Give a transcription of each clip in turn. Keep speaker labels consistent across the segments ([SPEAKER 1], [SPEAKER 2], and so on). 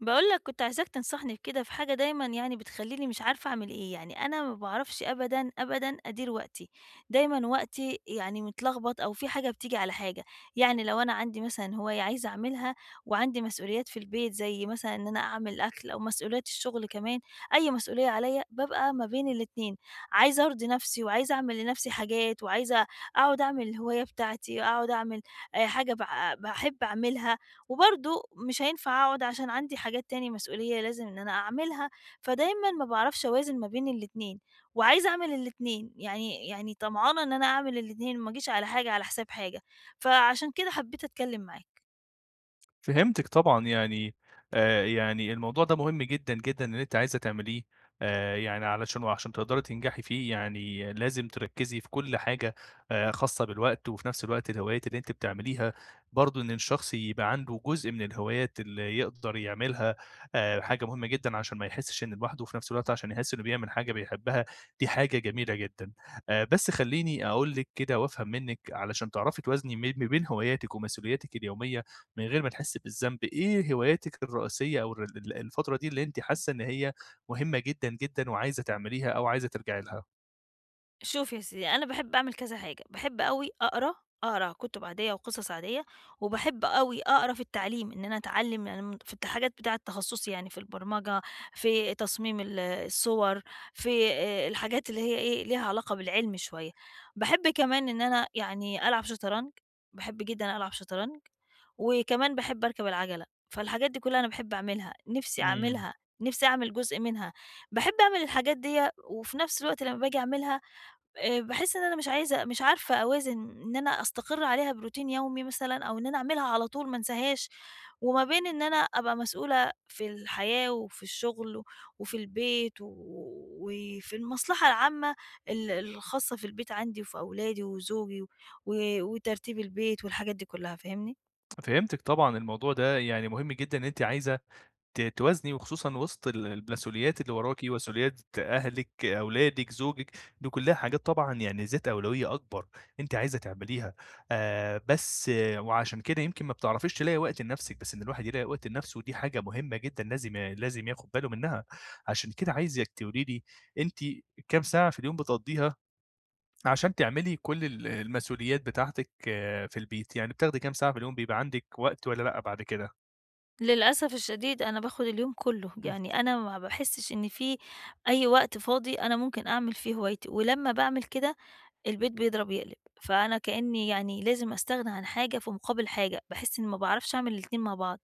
[SPEAKER 1] باقول لك كنت عايزاك تنصحني في كده في حاجة دايمًا يعني بتخلّيني مش عارفة أعمل إيه، يعني أنا ما باعرفش أبدًا، أبدًا أدير وقتي، دايمًا وقتي يعني متلخبط أو في حاجة بتيجي على حاجة، يعني لو أنا عندي مثلًا هواية عايزة أعملها وعندي مسؤوليات في البيت زي مثلًا إن أنا أعمل أكل أو مسؤوليات الشغل كمان، أي مسؤولية عليّا بابقى ما بين الاتنين، عايزة أرضي نفسي وعايزة أعمل لنفسي حاجات وعايزة أقعد أعمل الهواية بتاعتي، أقعد أعمل حاجة باحب أعملها وبرضه مش هينفع أقعد عشان عندي حاجات تاني مسؤولية لازم إن أنا أعملها، فدايمًا ما باعرفش أوازن ما بين الاتنين، وعايزة أعمل الاتنين، يعني طمعانة إن أنا أعمل الاتنين، ما أجيش على حاجة على حساب حاجة، فعشان كده حبيت أتكلم معاك.
[SPEAKER 2] فهمتِك طبعًا، يعني الموضوع ده مهم جدًا، جدًا إن أنتِ عايزة تعمليه. يعني علشان وعشان تقدري تنجحي فيه يعني لازم تركّزي في كل حاجة، خاصة بالوقت، وفي نفس الوقت الهوايات اللي أنتِ بتعمليها برضه إن الشخص يبقى عنده جزء من الهوايات اللي يقدر يعملها. حاجة مهمة جدًا عشان ما يحسش إنه لوحده، وفي نفس الوقت عشان يحس إنه بيعمل حاجة بيحبها، دي حاجة جميلة جدًا. بس خلّيني أقول لِك كده وأفهم منِّك علشان تعرفي توازني ما بين هواياتِك ومسؤولياتِك اليومية من غير ما تحسّي بالذنب. إيه هواياتِك الرئيسية أو ال ال الفترة دي اللي أنتِ حاسّة إن هي مهمة جدًا، جدًا وعايزة تعمليها أو عايزة ترجعي لها؟
[SPEAKER 1] شوفي يا سيدي أنا باحب أعمل كذا حاجة، باحب أوي أقرا، أقرا كُتب عادية وقصص عادية، وباحب أوي أقرا في التعليم، إن أنا أتعلم يعني من في الحاجات بتاعة تخصصي يعني في البرمجة، في تصميم الصور، في الحاجات اللي هي إيه، ليها علاقة بالعلم شوية. باحب كمان إن أنا يعني ألعب شطرنج، باحب جدًا ألعب شطرنج، وكمان باحب أركب العجلة، فالحاجات دي كلها أنا باحب أعملها، نِفْسي
[SPEAKER 2] إمم.
[SPEAKER 1] أعملها، نِفْسي أعمل جزء منها. باحب أعمل الحاجات ديّة وفي نفس الوقت لمّا باجي أعملها باحس إن أنا مش عايزة مش عارفة أوازن إن أنا أستقر عليها بروتين يومي مثلًا أو إن أنا أعملها على طول ما أنساهاش، وما بين إن أنا أبقى مسؤولة في الحياة وفي الشغل وفي البيت وفي المصلحة العامة الخاصة في البيت عندي وفي أولادي وزوجي وترتيب البيت والحاجات دي كلّها، فاهمني؟
[SPEAKER 2] فهمتِك طبعًا، الموضوع ده يعني مهم جدًا إن أنتِ عايزة توازني، وخصوصًا وسط المسؤوليات اللي وراكِ، مسؤوليات أهلِك، أولادِك، زوجِك، دي كلها حاجات طبعًا يعني ذات أولوية أكبر أنتِ عايزة تعمليها. بس آه، وعشان كده يمكن ما بتعرفيش تلاقي وقت لنفسِك، بس إن الواحد يلاقي وقت لنفسه دي حاجة مهمة جدًا لازم ياخد باله منها. عشان كده عايزِك تقولي لي أنتِ كام ساعة في اليوم بتقضّيها عشان تعملي كل المسؤوليات بتاعتِك؟ آه، في البيت، يعني بتاخدي كام ساعة في اليوم بيبقى عندِك وقت والّا لأ بعد كده؟
[SPEAKER 1] للأسف الشديد أنا باخد اليوم كله، يعني أنا ما باحسّش إن في أي وقت فاضي أنا ممكن أعمل فيه هوايتي، ولمّا باعمل كده البيت بيضرب يقلب، فأنا كإني يعني لازم أستغنى عن حاجة في مقابل حاجة، باحس إني ما باعرفش أعمل الاتنين مع بعض،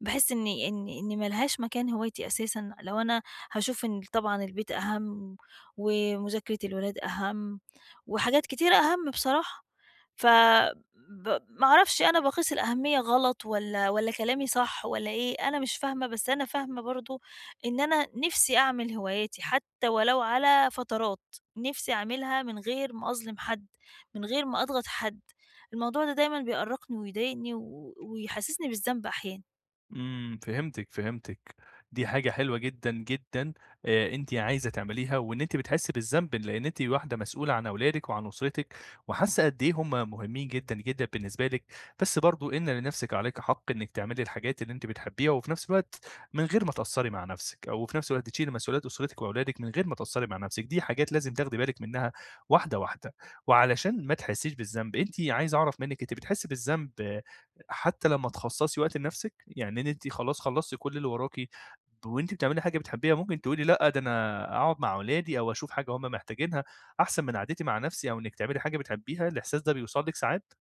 [SPEAKER 1] باحس إن ما لهاش مكان هوايتي أساسًا، لو أنا هاشوف إن طبعًا البيت أهَم ومذاكرة الولاد أهَم وحاجات كتيرة أهَم بصراحة. ف ب ما أعرفش أنا باقيس الأهمية غلط والّا كلامي صح والّا إيه، أنا مش فاهمة، بس أنا فاهمة برضه إن أنا نِفْسي أعمل هواياتي حتى ولو على فترات، نِفْسي أعملها من غير ما أظلم حد، من غير ما أضغط حد، الموضوع ده دايمًا بيأرّقني ويضايقني ويحسّسني بالذنب أحيانًا.
[SPEAKER 2] إمم، فهمتِك، فهمتِك. دي حاجة حلوة جدًا، جدًا أنتِ عايزة تعمليها، وإن أنتِ بتحسّي بالذنب لإن أنتِ واحدة مسؤولة عن أولادِك وعن أسرتِك وحاسّة قد إيه هم مهمين جدًا، جدًا بالنسبة لِك. بس برضه إن لنفسِك عليكِ حق إنِّك تعملي الحاجات اللي أنتِ بتحبّيها، وفي نفس الوقت من غير ما تقصّري مع نفسِك، أو في نفس الوقت تشيلي مسؤوليات أسرتِك وأولادِك من غير ما تقصّري مع نفسِك، دي حاجات لازم تاخدي بالِك منّها واحدة، واحدة. وعلشان ما تحسّيش بالذنب، أنتِ عايز أعرف منِّك أنتِ بتحسّي بالذنب حتى لمّا تخصّصي وقت لنَفْسِك؟ يعني إن أنتِ خلاص خلّصتِ كل اللي وراكِ وأنتِ بتعملي حاجة بتحبيها ممكن تقولي لأ، ده أنا أقعد مع ولادي أو أشوف حاجة هم محتاجينها أحسن من قعدتي مع نَفْسي أو إنِّك تعملي حاجة بتحبيها، الإحساس ده بيوصل لِك ساعات؟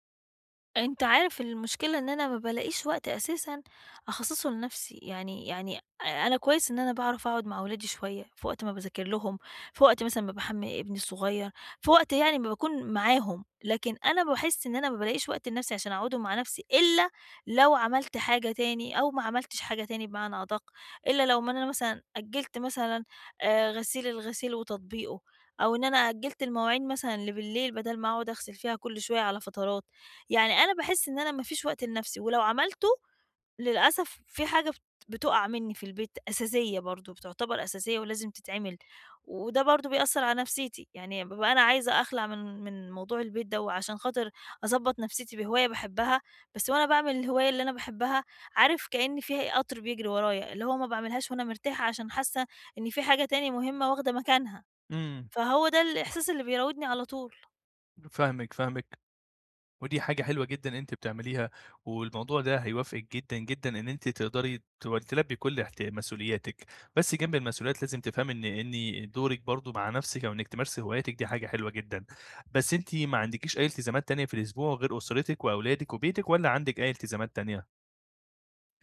[SPEAKER 1] أنت عارف المشكلة إن أنا ما بالاقيش وقت أساسًا أخصّصه لنَفْسي، يعني أنا كويس إن أنا باعرف أقعد مع ولادي شوية، في وقت ما باذاكر لهم، في وقت مثلًا ما باحمّل ابني الصغير، في وقت يعني ما باكون معاهم، لكن أنا باحس إن أنا ما بالاقيش وقت لنَفْسي عشان أقعده مع نَفْسي إلا لو عملت حاجة تاني أو ما عملتش حاجة تاني بمعنى أدَق، إلا لو ما أنا مثلًا أجّلت مثلًا الغسيل وتطبيقه أو إن أنا أجّلت المواعين مثلًا اللي بالليل بدل ما أقعد أغسل فيها كل شوية على فترات. يعني أنا باحس إن أنا ما فيش وقت لنفسي، ولو عملته للأسف في حاجة بتُقع منّي في البيت أساسية برضه، بتعتبر أساسية ولازم تتعمل، وده برضه بيأثّر على نفسيتي، يعني بابقى أنا عايزة أخلع من موضوع البيت ده، وعشان خاطر أضبّط نفسيتي بهواية باحبها، بس وأنا باعمل الهواية اللي أنا باحبها عارف كإن في قطر بيجري ورايا، اللي هو ما باعملهاش وأنا مرتاحة عشان حاسة إن في حاجة تاني مهمة واخدة مكانها،
[SPEAKER 2] إمم،
[SPEAKER 1] فهو ده الإحساس اللي بيراودني على طول.
[SPEAKER 2] فاهمِك، فاهمِك. ودي حاجة حلوة جدًا أنتِ بتعمليها، والموضوع ده هيوافقِك جدًا، جدًا إن أنتِ تقدري تلبّي كل مسؤولياتِك. بس جنب المسؤوليات لازم تفهمي إن دورِك برضه مع نفسِك أو إنِّك تمارسي هواياتِك دي حاجة حلوة جدًا. بس أنتِ ما عندكيش أي التزامات تانية في الأسبوع غير أسرتِك وأولادِك وبيتِك والّا عندِك أي التزامات تانية؟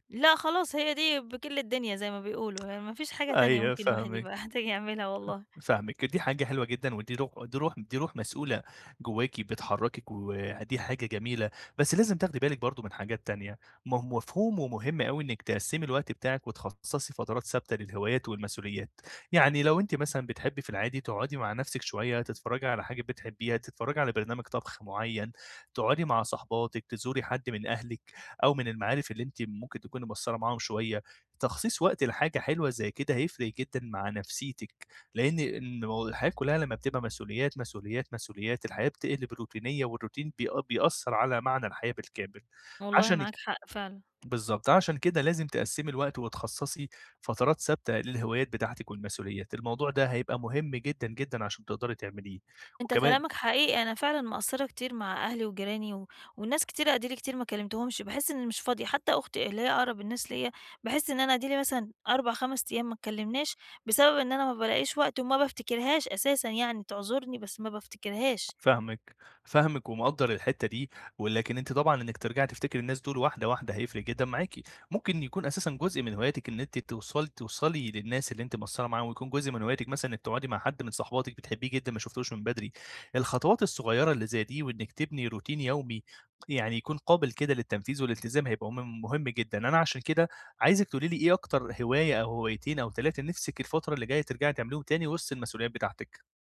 [SPEAKER 1] لأ خلاص هي دي بِكِل الدنيا زي ما بيقولوا، يعني ما فيش حاجة تانية
[SPEAKER 2] أيوه
[SPEAKER 1] ممكن الواحد يبقى
[SPEAKER 2] فاهمِك.
[SPEAKER 1] محتاج يعملها والله،
[SPEAKER 2] فاهمِك، دي حاجة حلوة جدًا، ودي روح دي روح دي روح مسؤولة جواكِ بتحركِك، ودي حاجة جميلة، بس لازم تاخدي بالِك برضه من حاجات تانية. مفهوم ومهم أوي إنِك تقسّمي الوقت بتاعِك، وتخصصي فترات ثابتة للهوايات والمسؤوليات. يعني لو أنتِ مثلًا بتحبي في العادي تقعدي مع نفسِك شوية، تتفرجي على حاجة بتحبيها، تتفرجي على برنامج طبخ معين، تقعدي مع صاحباتِك، تزوري حد من أهلِك أو من المعارف اللي أنتِ ممكن تكوني مقصّرة معاهم شوية، تخصيص وقت لحاجة حلوة زي كده هيفرق جدًا مع نفسيتِك. لأن الحياة كلّها لمّا بتبقى مسؤوليات، مسؤوليات، مسؤوليات، الحياة بتقلب روتينية، والروتين بيأثّر على معنى الحياة بالكامل.
[SPEAKER 1] والله
[SPEAKER 2] عشان
[SPEAKER 1] معاك حق فعلًا،
[SPEAKER 2] بالضبط، عشان كده لازم تقسّمي الوقت وتخصّصي فترات ثابتة للهوايات بتاعتِك والمسؤوليات، الموضوع ده هيبقى مهم جدًا، جدًا عشان تقدري تعمليه.
[SPEAKER 1] أنت
[SPEAKER 2] وكمان
[SPEAKER 1] كلامك حقيقي أنا فعلًا مقصّرة كتير مع أهلي وجيراني والناس كتير أدِيلي كتير ما كلمتهمش، باحس إني مش فاضية، حتى أختي اللي هي أقرب الناس ليّا، باحس إن أنا أدِيلي مثلًا 4، 5 أيام ما اتكلمناش، بسبب إن أنا ما بالاقيش وقت وما بافتكرهاش أساسًا يعني، تعذرني بس ما بافتكرهاش.
[SPEAKER 2] فاهمِك، فاهمِك، ومقدّر الحتّة دي، ولكن أنتِ طبعًا إنِّك ترجعي تفتكري الناس دول واحدة، واحدة هيفرق جدًا معاكِ. ممكن يكون أساسًا جزء من هواياتِك إن أنتِ توصلي للناس اللي أنتِ مقصّرة معاهم، ويكون جزء من هواياتِك مثلًا إنِّك تقعدي مع حد من صحباتِك بتحبيه جدًا ما شُفتوش من بدري. الخطوات الصغيّرة اللي زي دي وإنِّك تبني روتين يومي يعني يكون قابل كده للتنفيذ والالتزام هيبقى مهم مهم جدًا. أنا عشان كده عايزِك تقولي لي إيه أكتر هواية أو هوايتين أو 3 نِفْسِك الفترة اللي جاية ترجعي تعمليهم تاني وسط المسؤوليات بتاعتِك؟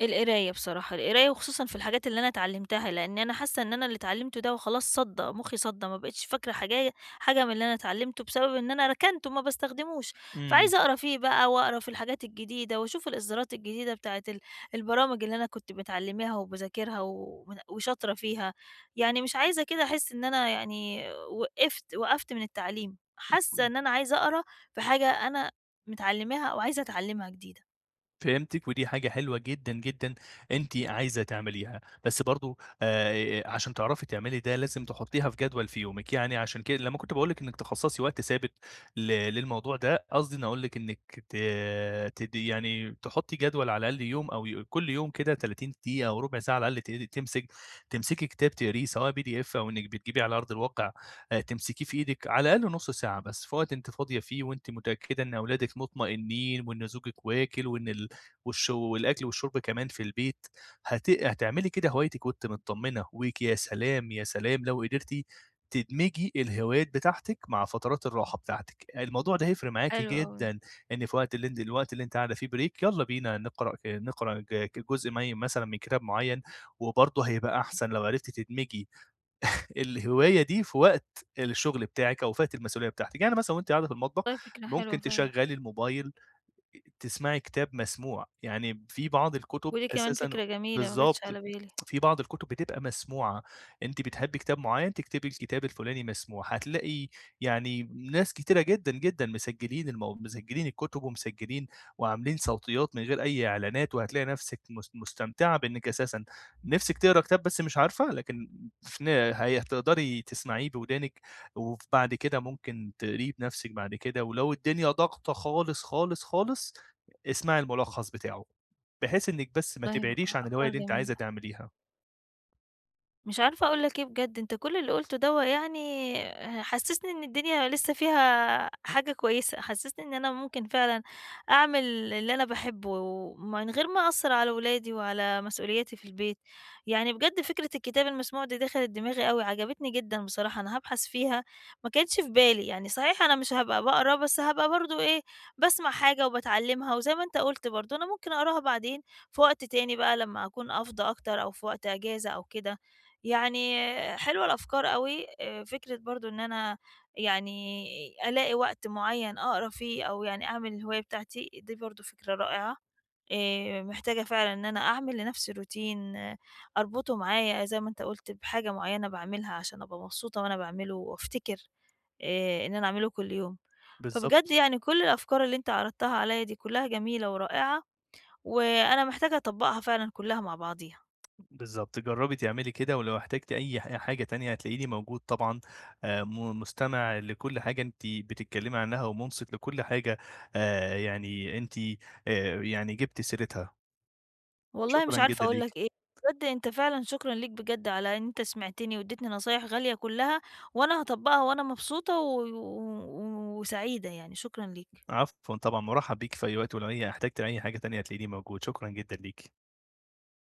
[SPEAKER 1] القراية بصراحة، القراية وخصوصًا في الحاجات اللي أنا اتعلمتها، لإن أنا حاسة إن أنا اللي اتعلمته ده وخلاص صدّى، مخي صدّى، ما بقيتش فاكرة حاجة من اللي أنا اتعلمته بسبب إن أنا ركنته ما باستخدموش،
[SPEAKER 2] إمم.
[SPEAKER 1] فعايزة أقرا فيه بقى وأقرا في الحاجات الجديدة وأشوف الإصدارات الجديدة بتاعة البرامج اللي أنا كنت باتعلمها وباذاكرها وشاطرة فيها، يعني مش عايزة كده أحس إن أنا يعني وقفت من التعليم، حاسة إن أنا عايزة أقرا في حاجة أنا متعلماها أو عايزة أتعلمها جديدة.
[SPEAKER 2] فهمتِك، ودي حاجة حلوة جدًا، جدًا أنتِ عايزة تعمليها، بس برضه عشان تعرفي تعملي ده لازم تحطّيها في جدول في يومِك. يعني عشان كده لمّا كنت باقول لِك إنِّك تخصّصي وقت ثابت للموضوع ده، قصدي إني أقول لِك إنِّك ت تد يعني تحطّي جدول على الأقل يوم أو كل يوم كده 30 دقيقة أو ربع ساعة على الأقل ت تمسك تمسكي كتاب تقريه سواء PDF أو إنِّك بتجيبيه على أرض الواقع. تمسكيه في إيدِك على الأقل نُص ساعة بس في وقت أنتِ فاضية فيه، وأنتِ متأكدة إن أولادِك مطمئنين وإن زوجِك واكل وإن ال والش والأكل والشرب كمان في البيت. هتعملي كده هوايتِك وأنتِ متطمنة. ويا سلام، يا سلام لو قدرتِ تدمجي الهوايات بتاعتِك مع فترات الراحة بتاعتِك، الموضوع ده هيفرق معاكِ
[SPEAKER 1] حلو أوي،
[SPEAKER 2] جدًا. إن في وقت اللي أنتِ الوقت اللي أنتِ قاعدة فيه بريك، يالّا بينا نقرأ جزء مثلًا من كتاب معين. وبرضه هيبقى أحسن لو عرفتِ تدمجي الهواية دي في وقت الشغل بتاعِك أو في وقت المسؤولية بتاعتِك. يعني مثلًا وأنتِ قاعدة في المطبخ
[SPEAKER 1] والله فكرة حلوة
[SPEAKER 2] ممكن
[SPEAKER 1] فعلًا.
[SPEAKER 2] تشغّلي الموبايل تسمعي كتاب مسموع. يعني في بعض الكتب
[SPEAKER 1] ودي كمان
[SPEAKER 2] أساسًا،
[SPEAKER 1] فكرة جميلة ما جاتش
[SPEAKER 2] بالضبط،
[SPEAKER 1] على بالي،
[SPEAKER 2] في بعض الكتب بتبقى مسموعة. أنتِ بتحبي كتاب معيّن تكتبي الكتاب الفلاني مسموع، هتلاقي يعني ناس كتيرة جدًا، جدًا مسجّلين مسجّلين الكتب ومسجّلين وعاملين صوتيات من غير أي إعلانات. وهتلاقي نَفْسِك مستمتعة بإنِّك أساسًا نِفْسِك تقرا كتاب بس مش عارفة. لكن في ن هي هتقدري تسمعيه بودانِك، وبعد كده ممكن تقريه بنفسِك بعد كده. ولو الدنيا ضاغطة خالص، خالص، خالص، اسمعي الملخص بتاعه، بحيث إنِّك بس ما
[SPEAKER 1] والله
[SPEAKER 2] تبعديش عن الهواية
[SPEAKER 1] أفكار
[SPEAKER 2] اللي أنتِ
[SPEAKER 1] جميلة.
[SPEAKER 2] عايزة تعمليها.
[SPEAKER 1] مش عارفة أقول لك إيه بجد، أنت كل اللي قُلته دوّة يعني حسّسني إن الدنيا لسه فيها حاجة كويسة، حسّسني إن أنا ممكن فعلًا أعمل اللي أنا باحبه ومن غير ما أأثّر على ولادي وعلى مسؤولياتي في البيت. يعني بجد فكرة الكتاب المسموع دي دخلت دماغي أوي، عجبتني جدًا بصراحة، أنا هابحث فيها، ما كانتش في بالي. يعني صحيح أنا مش هابقى باقرا، بس هابقى برضه إيه، باسمع حاجة وباتعلّمها وزي ما أنت قُلت برضه أنا ممكن أقراها بعدين في وقت تاني بقى لمّا أكون أفضى أكتر أو في وقت أجازة أو كده. يعني حلوة الأفكار أوي، فكرة برضه إن أنا يعني ألاقي وقت معيّن أقرا فيه أو يعني أعمل الهواية بتاعتي، دي برضه فكرة رائعة، محتاجة فعلًا إن أنا أعمل لنفسي روتين آه، أربطه معايا زي ما أنت قُلت بحاجة معيّنة باعملها عشان أبقى مبسوطة وأنا باعمله وأفتكر إن أنا أعمله كل يوم. فبجد
[SPEAKER 2] بالضبط،
[SPEAKER 1] يعني كل الأفكار اللي أنت عرضتها عليّا دي كلها جميلة ورائعة، وأنا محتاجة أطبّقها فعلًا كلها مع بعضيها.
[SPEAKER 2] بالضبط، جرّبي تعملي كده. ولو احتجتِ أي حاجة تانية هتلاقيني موجود طبعًا. م مستمع لكل حاجة أنتِ بتتكلمي عنها، ومُنصت لكل حاجة يعني أنتِ يعني جِبتِ سيرتها.
[SPEAKER 1] والله مش
[SPEAKER 2] شكرًا
[SPEAKER 1] عارفة
[SPEAKER 2] جدًا
[SPEAKER 1] أقول
[SPEAKER 2] ليكِ.
[SPEAKER 1] لك إيه، بجد أنت فعلًا شكرًا ليك بجد على إن أنت سمعتني واديتني نصايح غالية كلها، وأنا هاطبّقها وأنا مبسوطة و و وسعيدة يعني، شكرًا ليك.
[SPEAKER 2] عفوًا طبعًا، مُرحّب بيكِ في أي وقت. ولو هي احتجتي أي احتجتِ لأي حاجة تانية هتلاقيني موجود، شكرًا جدًا ليكِ.